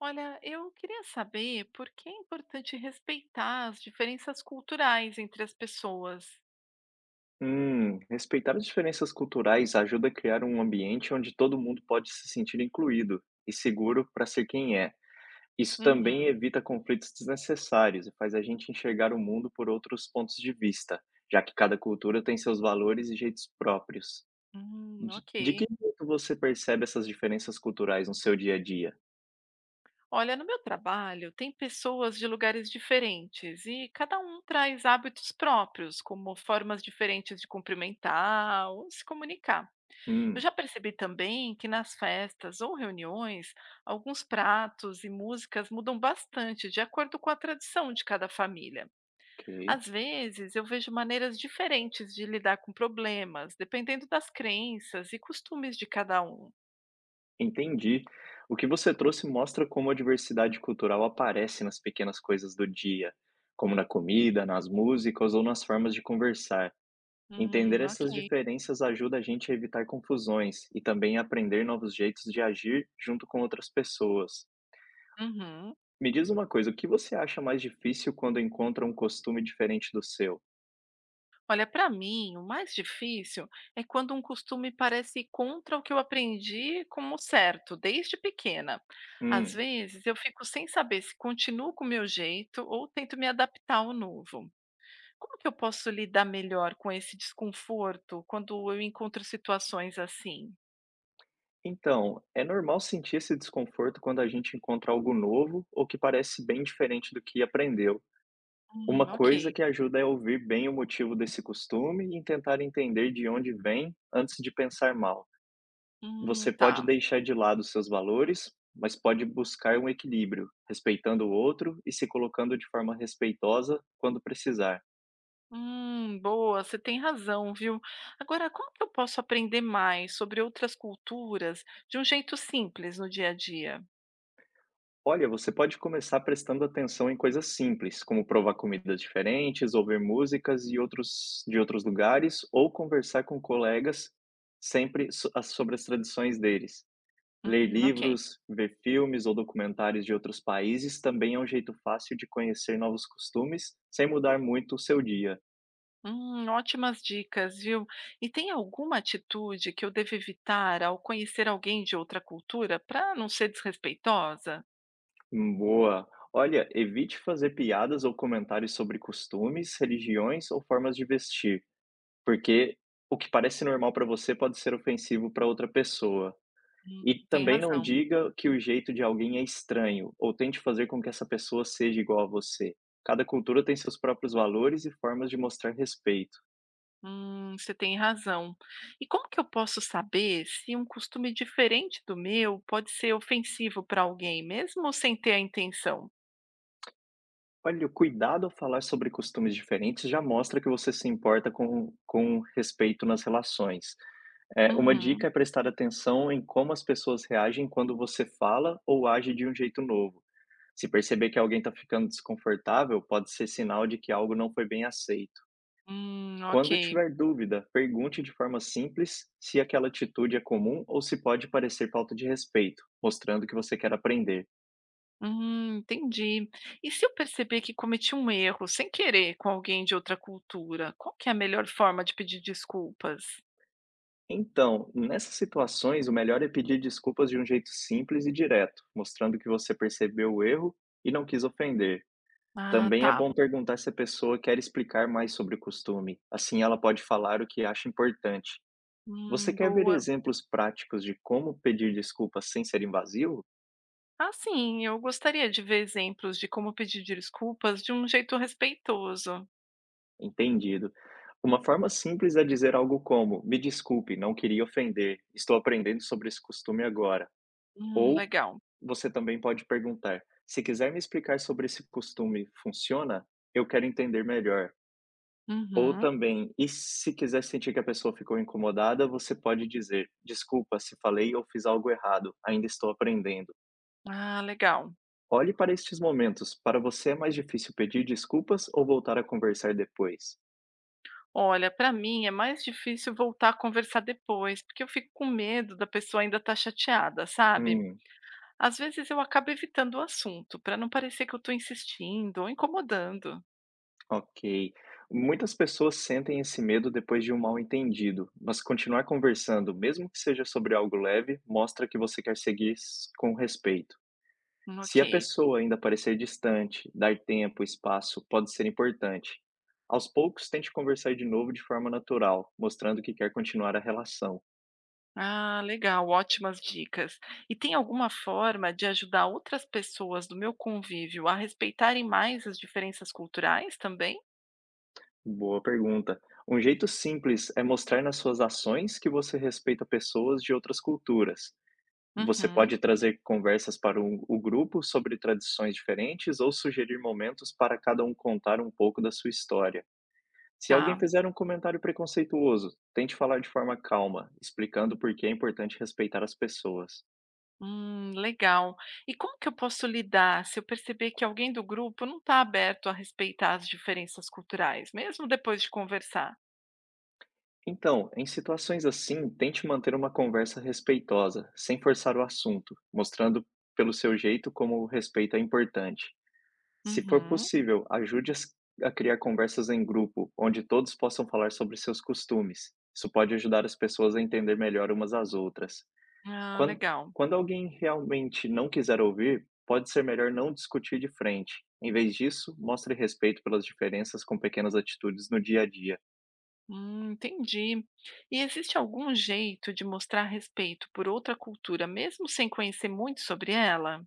Olha, eu queria saber por que é importante respeitar as diferenças culturais entre as pessoas. Respeitar as diferenças culturais ajuda a criar um ambiente onde todo mundo pode se sentir incluído e seguro para ser quem é. Isso também Uhum. evita conflitos desnecessários e faz a gente enxergar o mundo por outros pontos de vista, já que cada cultura tem seus valores e jeitos próprios. De, Ok. de que jeito você percebe essas diferenças culturais no seu dia a dia? Olha, no meu trabalho tem pessoas de lugares diferentes e cada um traz hábitos próprios, como formas diferentes de cumprimentar ou se comunicar. Eu Hum, já percebi também que nas festas ou reuniões, alguns pratos e músicas mudam bastante de acordo com a tradição de cada família. ok. Às vezes, eu vejo maneiras diferentes de lidar com problemas, dependendo das crenças e costumes de cada um. Entendi. O que você trouxe mostra como a diversidade cultural aparece nas pequenas coisas do dia, como na comida, nas músicas ou nas formas de conversar. Entender Ok. essas diferenças ajuda a gente a evitar confusões e também a aprender novos jeitos de agir junto com outras pessoas. Uhum. Me diz uma coisa, o que você acha mais difícil quando encontra um costume diferente do seu? Olha, para mim, o mais difícil é quando um costume parece contra o que eu aprendi como certo, desde pequena. Às Hum, vezes, eu fico sem saber se continuo com o meu jeito ou tento me adaptar ao novo. Como que eu posso lidar melhor com esse desconforto quando eu encontro situações assim? então, é normal sentir esse desconforto quando a gente encontra algo novo ou que parece bem diferente do que aprendeu. Uma coisa Ok. que ajuda é ouvir bem o motivo desse costume e tentar entender de onde vem antes de pensar mal. Você pode Tá. deixar de lado seus valores, mas pode buscar um equilíbrio, respeitando o outro e se colocando de forma respeitosa quando precisar. Boa, você tem razão, viu? Agora, como que eu posso aprender mais sobre outras culturas de um jeito simples no dia a dia? Olha, você pode começar prestando atenção em coisas simples, como provar comidas diferentes, ouvir músicas e outros de outros lugares ou conversar com colegas sempre sobre as tradições deles. Ler Ok. livros, ver filmes ou documentários de outros países também é um jeito fácil de conhecer novos costumes sem mudar muito o seu dia. Ótimas dicas, viu? E tem alguma atitude que eu devo evitar ao conhecer alguém de outra cultura para não ser desrespeitosa? Boa! Olha, evite fazer piadas ou comentários sobre costumes, religiões ou formas de vestir, porque o que parece normal para você pode ser ofensivo para outra pessoa. E Tem também não razão. diga que o jeito de alguém é estranho ou tente fazer com que essa pessoa seja igual a você. Cada cultura tem seus próprios valores e formas de mostrar respeito. Você tem razão. E como que eu posso saber se um costume diferente do meu pode ser ofensivo para alguém, mesmo sem ter a intenção? Olha, o cuidado ao falar sobre costumes diferentes já mostra que você se importa com respeito nas relações. É, uma Uhum. dica é prestar atenção em como as pessoas reagem quando você fala ou age de um jeito novo. Se perceber que alguém está ficando desconfortável, pode ser sinal de que algo não foi bem aceito. Ok. Quando tiver dúvida, pergunte de forma simples se aquela atitude é comum ou se pode parecer falta de respeito, mostrando que você quer aprender. Entendi. E se eu perceber que cometi um erro sem querer com alguém de outra cultura, qual que é a melhor forma de pedir desculpas? Então, nessas situações, o melhor é pedir desculpas de um jeito simples e direto, mostrando que você percebeu o erro e não quis ofender. Ah, Também é tá. bom perguntar se a pessoa quer explicar mais sobre o costume, assim ela pode falar o que acha importante. Você quer ver Boa. exemplos práticos de como pedir desculpas sem ser invasivo? Ah, sim, eu gostaria de ver exemplos de como pedir desculpas de um jeito respeitoso. Entendido. Uma forma simples é dizer algo como: "Me desculpe, não queria ofender, estou aprendendo sobre esse costume agora". Ou Legal. você também pode perguntar: "Se quiser me explicar sobre esse costume, funciona? Eu quero entender melhor". Ou Uhum. também, e se quiser sentir que a pessoa ficou incomodada, você pode dizer: "Desculpa se falei ou fiz algo errado, ainda estou aprendendo". Ah, legal. Olhe para estes momentos, para você é mais difícil pedir desculpas ou voltar a conversar depois? Olha, para mim é mais difícil voltar a conversar depois, porque eu fico com medo da pessoa ainda estar chateada, sabe? Hum. Às vezes eu acabo evitando o assunto, para não parecer que eu estou insistindo ou incomodando. Ok. Muitas pessoas sentem esse medo depois de um mal-entendido, mas continuar conversando, mesmo que seja sobre algo leve, mostra que você quer seguir com respeito. Ok. Se a pessoa ainda parecer distante, dar tempo, espaço pode ser importante. Aos poucos, tente conversar de novo de forma natural, mostrando que quer continuar a relação. Ah, legal, ótimas dicas. E tem alguma forma de ajudar outras pessoas do meu convívio a respeitarem mais as diferenças culturais também? Boa pergunta. Um jeito simples é mostrar nas suas ações que você respeita pessoas de outras culturas. Você Uhum, pode trazer conversas para o grupo sobre tradições diferentes ou sugerir momentos para cada um contar um pouco da sua história. Se alguém tá. fizer um comentário preconceituoso, tente falar de forma calma, explicando por que é importante respeitar as pessoas. Legal. E como que eu posso lidar se eu perceber que alguém do grupo não está aberto a respeitar as diferenças culturais, mesmo depois de conversar? Então, em situações assim, tente manter uma conversa respeitosa, sem forçar o assunto, mostrando pelo seu jeito como o respeito é importante. Se for Uhum. possível, ajude a criar conversas em grupo, onde todos possam falar sobre seus costumes. Isso pode ajudar as pessoas a entender melhor umas às outras. Ah, Quando, legal. quando alguém realmente não quiser ouvir, pode ser melhor não discutir de frente. Em vez disso, mostre respeito pelas diferenças com pequenas atitudes no dia a dia. Entendi. E existe algum jeito de mostrar respeito por outra cultura, mesmo sem conhecer muito sobre ela?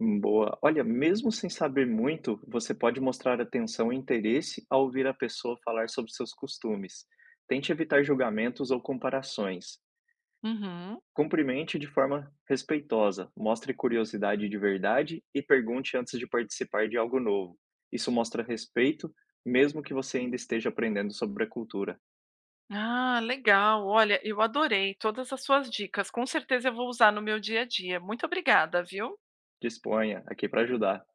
Boa. Olha, mesmo sem saber muito, você pode mostrar atenção e interesse ao ouvir a pessoa falar sobre seus costumes. Tente evitar julgamentos ou comparações. Uhum. Cumprimente de forma respeitosa, mostre curiosidade de verdade e pergunte antes de participar de algo novo. Isso mostra respeito, mesmo que você ainda esteja aprendendo sobre a cultura. Ah, legal. Olha, eu adorei todas as suas dicas. Com certeza eu vou usar no meu dia a dia. Muito obrigada, viu? Disponha, aqui para ajudar.